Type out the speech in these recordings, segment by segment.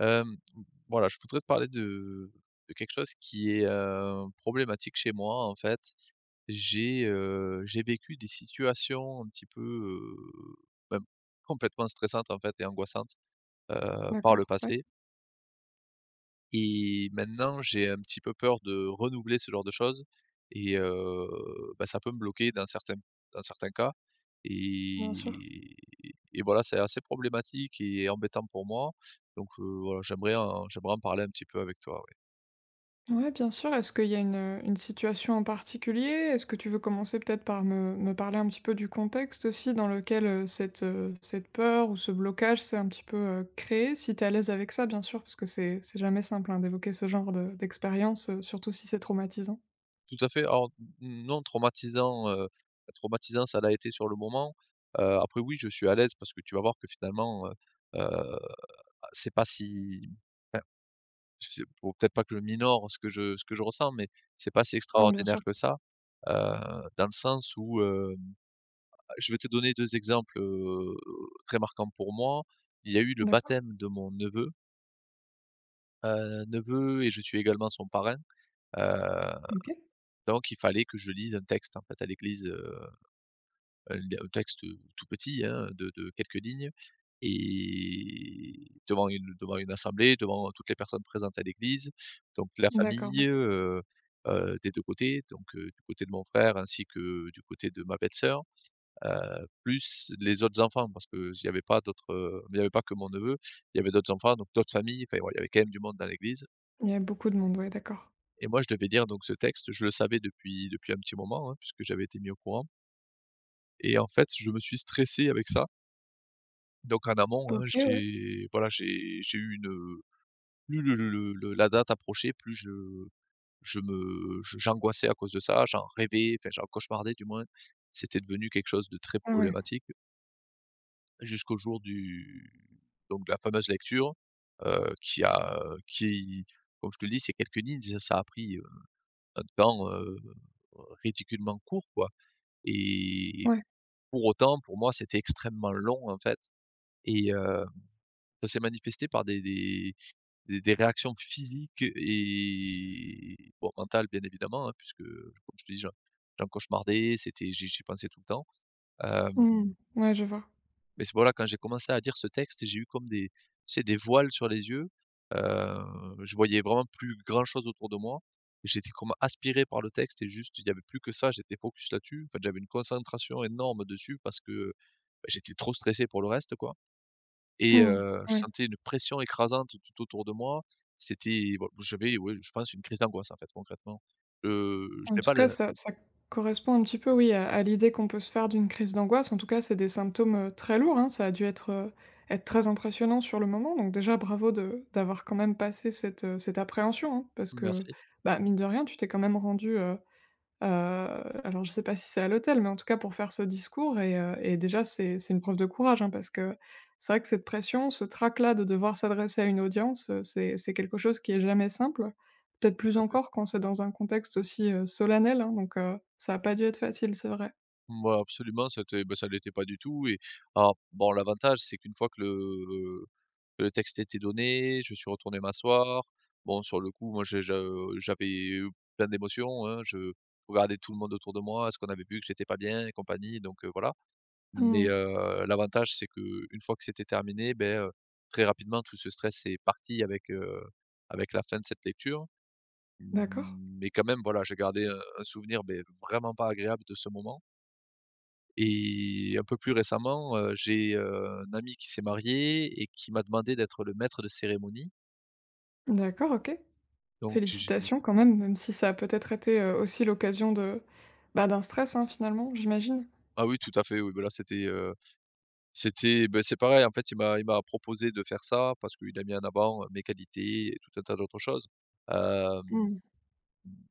Hem, voilà, je voudrais te parler de quelque chose qui est, problématique chez moi, en fait. J'ai vécu des situations un petit peu, ben, complètement stressantes, en fait et angoissantes, par le D'accord, ouais, passé. Et maintenant, j'ai un petit peu peur de renouveler ce genre de choses et ça peut me bloquer dans certains cas bien sûr. et et voilà, c'est assez problématique et embêtant pour moi. Donc voilà, j'aimerais en parler un petit peu avec toi, ouais. Ouais, bien sûr. Est-ce qu'il y a une situation en particulier? Est-ce que tu veux commencer peut-être par me parler un petit peu du contexte aussi dans lequel, cette, cette peur ou ce blocage s'est un petit peu, créé? Si tu es à l'aise avec ça, bien sûr, parce que c'est jamais simple, hein, d'évoquer ce genre de d'expérience, surtout si c'est traumatisant. Tout à fait, alors n non traumatisant, traumatisant, ça l'a été sur le moment. Après oui, je suis à l'aise parce que tu vas voir que finalement, heu, c'est pas si... C'est... Faut peut-être pas que je minore ce que je ressens, mais c'est pas si Non, bien extraordinaire sûr. que ça, heu, dans le sens où, je vais te donner 2 exemples, très marquants pour moi. Il y a eu le D'accord. baptême de mon neveu, neveu et je suis également son parrain, heu, OK. donc il fallait que je lise un texte en fait à l'église, il un texte, tout petit, hein, de quelques lignes et devant une assemblée, devant toutes les personnes présentes à l'église, donc la D'accord, famille, ouais. Des 2 côtés, donc du côté de mon frère ainsi que du côté de ma belle-sœur, plus les autres enfants parce que il n'y avait pas d'autres, il n'y avait pas que mon neveu, il y avait d'autres enfants, donc d'autres familles, enfin, ouais, il y avait quand même du monde dans l'église Il y a beaucoup de monde, ouais, d'accord. et moi je devais dire donc ce texte, je le savais depuis un petit moment, hein, puisque j'avais été mis au courant et en fait, je me suis stressé avec ça. Donc en amont, hein, OK, ouais. j'ai voilà, j'ai eu une, plus le la date approchait, plus je j'angoissais à cause de ça, j'en rêvais, enfin j'en cauchemardais du moins. C'était devenu quelque chose de très Ah ouais. problématique jusqu'au jour du... donc de la fameuse lecture, qui a, qui comme je te le dis, c'est quelques lignes, ça ça a pris, un temps, ridiculement court quoi et Ouais. pour autant, pour moi, c'était extrêmement long en fait et ça s'est manifesté par des réactions physiques et bon, mentales bien évidemment, hein, puisque comme je te dis, j'en cauchemardais, c'était j'y pensais tout le temps. Hem, Mmh. Ouais, je vois. mais c'est voilà, quand j'ai commencé à dire ce texte, j'ai eu comme des... tu sais, des voiles sur les yeux. Heu, je voyais vraiment plus grand-chose autour de moi. J'étais comme aspiré par le texte et juste, il y avait plus que ça, j'étais focus là-dessus. En fait, j'avais une concentration énorme dessus parce que, bah, j'étais trop stressé pour le reste, quoi. Et Mmh. Je Ouais. sentais une pression écrasante tout autour de moi. C'était bon, j'avais, ouais, je pense une crise d'angoisse, en fait, concrètement. Je En n'ai tout pas cas, le... ça correspond un petit peu, oui, à l'idée qu'on peut se faire d'une crise d'angoisse. En tout cas, c'est des symptômes, très lourds, hein. Ça a dû être, être très impressionnant sur le moment. Donc déjà, bravo de d'avoir quand même passé cette, cette appréhension, hein, parce Mmh. que, Merci, bah, mine de rien, tu t'es quand même rendu. Heu, alors je sais pas si c'est à l'hôtel, mais en tout cas pour faire ce discours et déjà c'est une preuve de courage, hein, parce que c'est vrai que cette pression, ce trac-là de devoir s'adresser à une audience, c'est quelque chose qui est jamais simple. Peut-être plus tout à fait. encore quand c'est dans un contexte aussi, solennel, hein, donc ça a pas dû être facile, c'est vrai. Mouais, absolument, c'était bah, ça ne l'était pas du tout et alors bon, l'avantage, c'est qu'une fois que le texte était donné, je suis retourné m'asseoir. Bon, sur le coup, moi, j'avais eu plein d'émotions, hein. Je regardais tout le monde autour de moi, ce qu'on avait vu que j'étais pas bien et compagnie, donc voilà. Mais, Mmh. L'avantage, c'est que une fois que c'était terminé, très rapidement, tout ce stress est parti avec, avec la fin de cette lecture. D'accord. Mais quand même, voilà, j'ai gardé un souvenir, ben vraiment pas agréable de ce moment et un peu plus récemment, j'ai, un ami qui s'est marié et qui m'a demandé d'être le maître de cérémonie. D'accord, OK. Donc j'ai... Félicitations quand même, même si ça a peut-être été, aussi l'occasion de, bah, d'un stress, hein, finalement, j'imagine? ah oui, tout à fait, oui, ben là, c'était, c'était, ben c'est pareil, en fait, il m'a proposé de faire ça parce qu'il a mis en avant, mes qualités et tout un tas d'autres choses. Hem Mmh.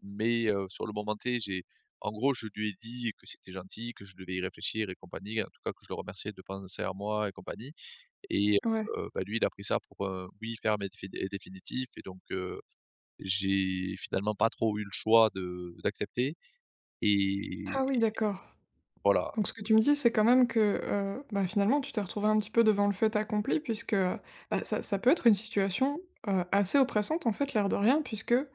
Mais sur le moment T, j'ai... en gros, je lui ai dit que c'était gentil, que je devais y réfléchir et compagnie, en tout cas, que je le remerciais de penser à moi et compagnie et Ouais. Bah, lui, il a pris ça pour un oui ferme et définitif et donc j'ai finalement pas trop eu le choix de d'accepter et Ah oui, d'accord. voilà. Donc ce que tu me dis, c'est quand même que, bah, finalement, tu t'es retrouvé un petit peu devant le fait accompli puisque, bah, ça peut être une situation, assez oppressante, en fait, l'air de rien puisque,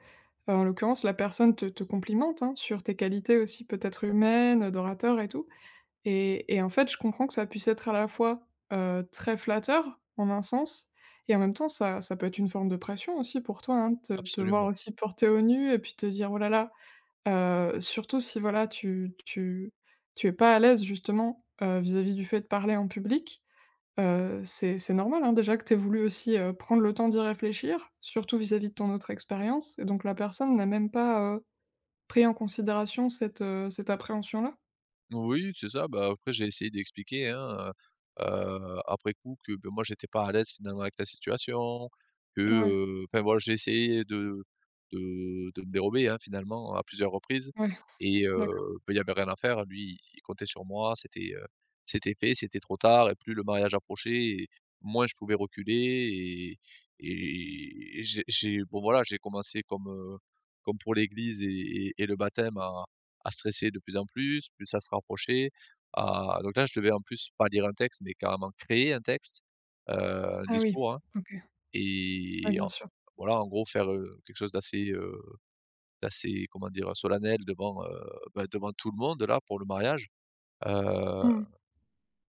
en l'occurrence, la personne te complimente, hein, sur tes qualités aussi peut-être humaines, d'orateur et tout et en fait, je comprends que ça puisse être à la fois, très flatteur, en un sens et en même temps, ça peut être une forme de pression aussi pour toi, hein, de te voir Absolument. aussi porter au nu et puis te dire: «Oh là là, surtout si voilà tu tu es pas à l'aise justement, vis-à-vis du fait de parler en public, c'est normal, hein, déjà que tu aies voulu aussi, prendre le temps d'y réfléchir, surtout vis-à-vis de ton autre expérience et donc la personne n'a même pas, pris en considération cette, cette appréhension-là? Oui, c'est ça. Bah, après, j'ai essayé d'expliquer, hein, après coup que, beh, moi, j'étais pas à l'aise finalement avec la situation, que, Ouais, enfin voilà, j'ai essayé de de me dérober, hein, finalement à plusieurs reprises ouais, et d'accord. beh, il y avait rien à faire. Lui, il comptait sur moi, c'était, c'était fait, c'était trop tard et plus le mariage approchait et moins je pouvais reculer et et j'ai bon voilà, j'ai commencé comme, comme pour l'église et et le baptême à... à stresser de plus en plus, plus à se rapprocher, à... donc là, je devais en plus pas lire un texte, mais carrément créer un texte, heu, un Ah oui, discours, hein OK. Ouais, et bien en... sûr. voilà, en gros, faire, quelque chose d'assez, d'assez, comment dire? Solennel devant, bah, devant tout le monde là, pour le mariage, heu Mmh.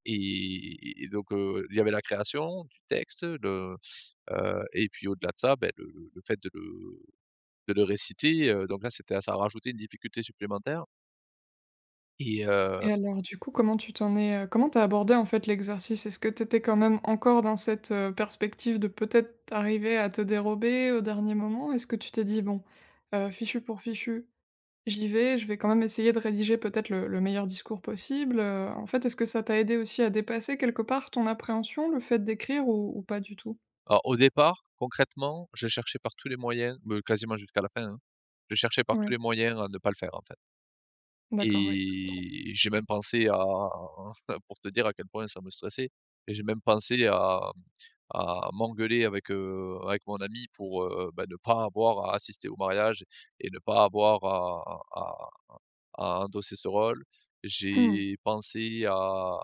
et donc il y avait la création du texte, le... et puis au-delà de ça, beh, le fait de le réciter, donc là, c'était... ça rajoutait une difficulté supplémentaire et Et alors du coup, comment tu t'en es, comment tu as abordé, en fait, l'exercice? Est-ce que tu étais quand même encore dans cette, perspective de peut-être arriver à te dérober au dernier moment? Est-ce que tu t'es dit: «Bon, fichu pour fichu, j'y vais, je vais quand même essayer de rédiger peut-être le meilleur discours possible», heu? En fait, est-ce que ça t'a aidé aussi à dépasser quelque part ton appréhension, le fait d'écrire ou pas du tout? Alors au départ, concrètement, je cherchais par tous les moyens, me quasiment jusqu'à la fin, hein, je cherchais par Ouais, tous les moyens à ne pas le faire, en fait d'accord, oui. et j'ai même pensé à pour te dire à quel point ça me stressait et j'ai même pensé à m'engueuler avec, avec mon ami pour, bah, ne pas avoir à assister au mariage et ne pas avoir à... à endosser ce rôle. Mmh. J'ai pensé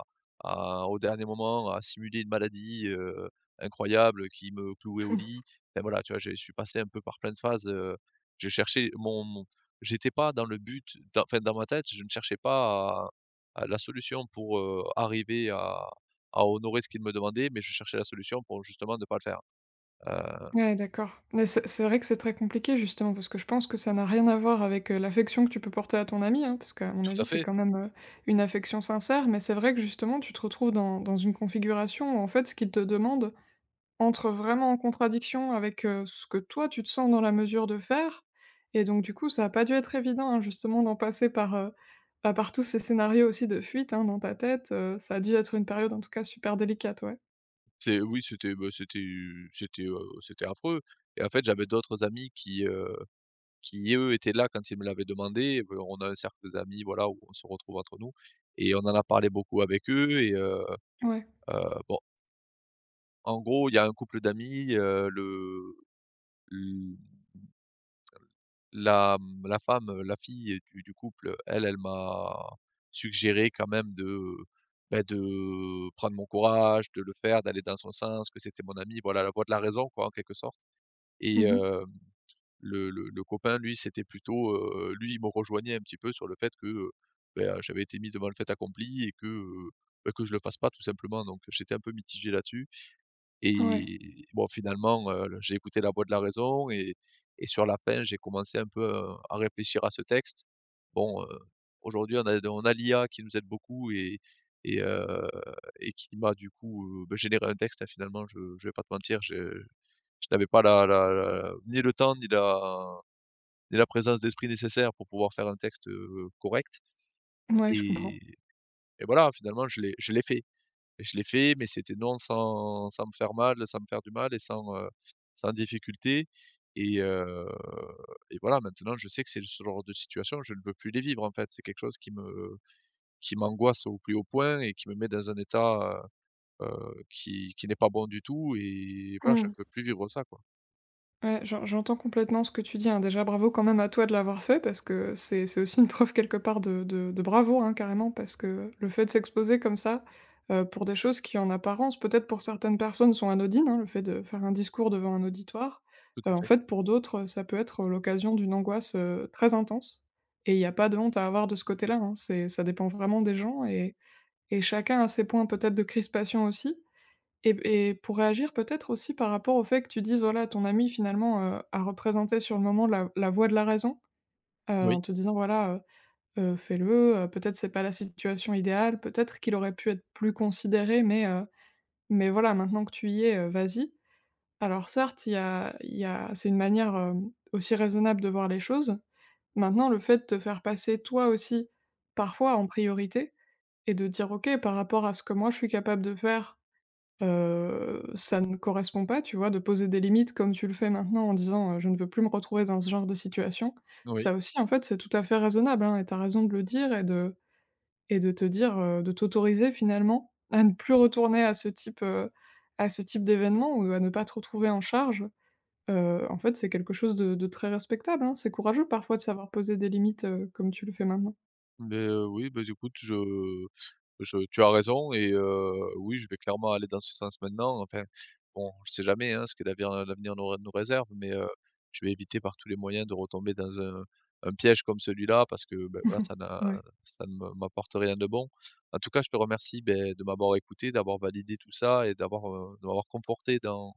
à au dernier moment, à simuler une maladie, incroyable qui me clouait au lit. Enfin voilà, tu vois, je suis passé un peu par plein de phases, je cherchais mon mon j'étais pas dans le but dans enfin dans ma tête, je ne cherchais pas à... à la solution pour, arriver à... à honorer ce qu'il me demandait, mais je cherchais la solution pour justement ne pas le faire. Heu, Ouais, d'accord. Mais c'est vrai que c'est très compliqué justement parce que je pense que ça n'a rien à voir avec, l'affection que tu peux porter à ton ami, hein, parce qu'à mon Tout avis, à c'est fait. quand même, une affection sincère. Mais c'est vrai que justement, tu te retrouves dans une configuration où en fait, ce qu'il te demande entre vraiment en contradiction avec, ce que toi, tu te sens dans la mesure de faire et donc du coup, ça a pas dû être évident, hein, justement d'en passer par, bah, par tous ces scénarios aussi de fuite, hein, dans ta tête, ça a dû être une période en tout cas super délicate, ouais. C'est... oui, c'était, bah, c'était affreux et en fait, j'avais d'autres amis qui eux étaient là quand ils me l'avaient demandé. On a un cercle d'amis, voilà, où on se retrouve entre nous et on en a parlé beaucoup avec eux et Ouais. heu, bon, en gros, il y a un couple d'amis, le l la, la femme, la fille du couple, elle, elle m'a suggéré quand même de, bah, de prendre mon courage, de le faire, d'aller dans son sens, que c'était mon ami, voilà, la voix de la raison quoi, en quelque sorte et Mmh. Le copain lui, c'était plutôt, lui, il me rejoignait un petit peu sur le fait que, bah, j'avais été mis devant le fait accompli et que, bah, que je le fasse pas tout simplement donc j'étais un peu mitigé là-dessus Ouais. et bon finalement, j'ai écouté la voix de la raison et sur la fin, j'ai commencé un peu à... à réfléchir à ce texte. Bon, aujourd'hui, on a l'IA qui nous aide beaucoup et et heu et qui m'a du coup, bah, généré un texte, hein, finalement, je vais pas te mentir, je n'avais pas la la la ni le temps ni la présence d'esprit nécessaire pour pouvoir faire un texte, correct Ouais, je comprends. et et voilà, finalement je l'ai fait et je l'ai fait, mais c'était non sans me faire mal, sans me faire du mal et sans, sans difficulté et heu et voilà, maintenant je sais que c'est ce genre de situation, je ne veux plus les vivre, en fait. C'est quelque chose qui m'angoisse au plus haut point et qui me met dans un état, qui n'est pas bon du tout et voilà, je Mmh. ne veux plus vivre ça, quoi. Ouais, j'entends complètement ce que tu dis, hein. Déjà, bravo quand même à toi de l'avoir fait parce que c'est aussi une preuve quelque part de bravoure, hein, carrément, parce que le fait de s'exposer comme ça, pour des choses qui en apparence, peut-être pour certaines personnes sont anodines, hein, le fait de faire un discours devant un auditoire, Tout à en fait. fait pour d'autres, ça peut être, l'occasion d'une angoisse, très intense et il y a pas de honte à avoir de ce côté-là, hein. C'est ça dépend vraiment des gens et chacun a ses points peut-être de crispation aussi. Et pour réagir peut-être aussi par rapport au fait que tu dises, voilà, ton ami finalement, a représenté sur le moment la voie de la raison, Oui, en te disant voilà, heu: «Fais-le, peut-être c'est pas la situation idéale, peut-être qu'il aurait pu être plus considéré, mais voilà, maintenant que tu y es, vas-y». Alors certes, il y a c'est une manière, aussi raisonnable de voir les choses. Maintenant, le fait de te faire passer toi aussi, parfois en priorité et de dire: «OK, par rapport à ce que moi je suis capable de faire, ça ne correspond pas, tu vois? De poser des limites comme tu le fais maintenant en disant, «Je ne veux plus me retrouver dans ce genre de situation». oui. Ça aussi, en fait, c'est tout à fait raisonnable, hein et tu as raison de le dire et de te dire, de t'autoriser finalement à ne plus retourner à ce type d'événement ou à ne pas te retrouver en charge. En fait, c'est quelque chose de très respectable, hein. C'est courageux parfois de savoir poser des limites, comme tu le fais maintenant. Beh, oui, beh, écoute, je tu as raison et oui, je vais clairement aller dans ce sens maintenant. Enfin, bon, je sais jamais, hein, ce que l'avenir nous réserve, mais je vais éviter par tous les moyens de retomber dans un... un piège comme celui-là parce que, beh, voilà, ça n'a... Ouais. ça ne me m'apporte rien de bon. En tout cas, je te remercie, beh, de m'avoir écouté, d'avoir validé tout ça et d'avoir, de m'avoir conforté dans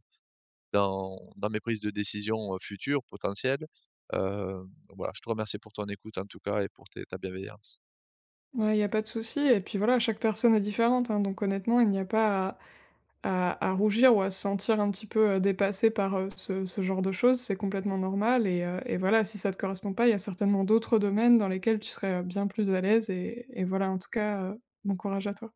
dans mes prises de décision, futures, potentielles. Heu, voilà, je te remercie pour ton écoute en tout cas et pour tes ta bienveillance. Ouais, il n'y a pas de souci et puis voilà, chaque personne est différente, hein, donc honnêtement, il n'y a pas à rougir ou à se sentir un petit peu, dépassé par, ce ce genre de choses, c'est complètement normal et voilà, si ça te correspond pas, il y a certainement d'autres domaines dans lesquels tu serais, bien plus à l'aise et voilà, en tout cas, bon courage à toi.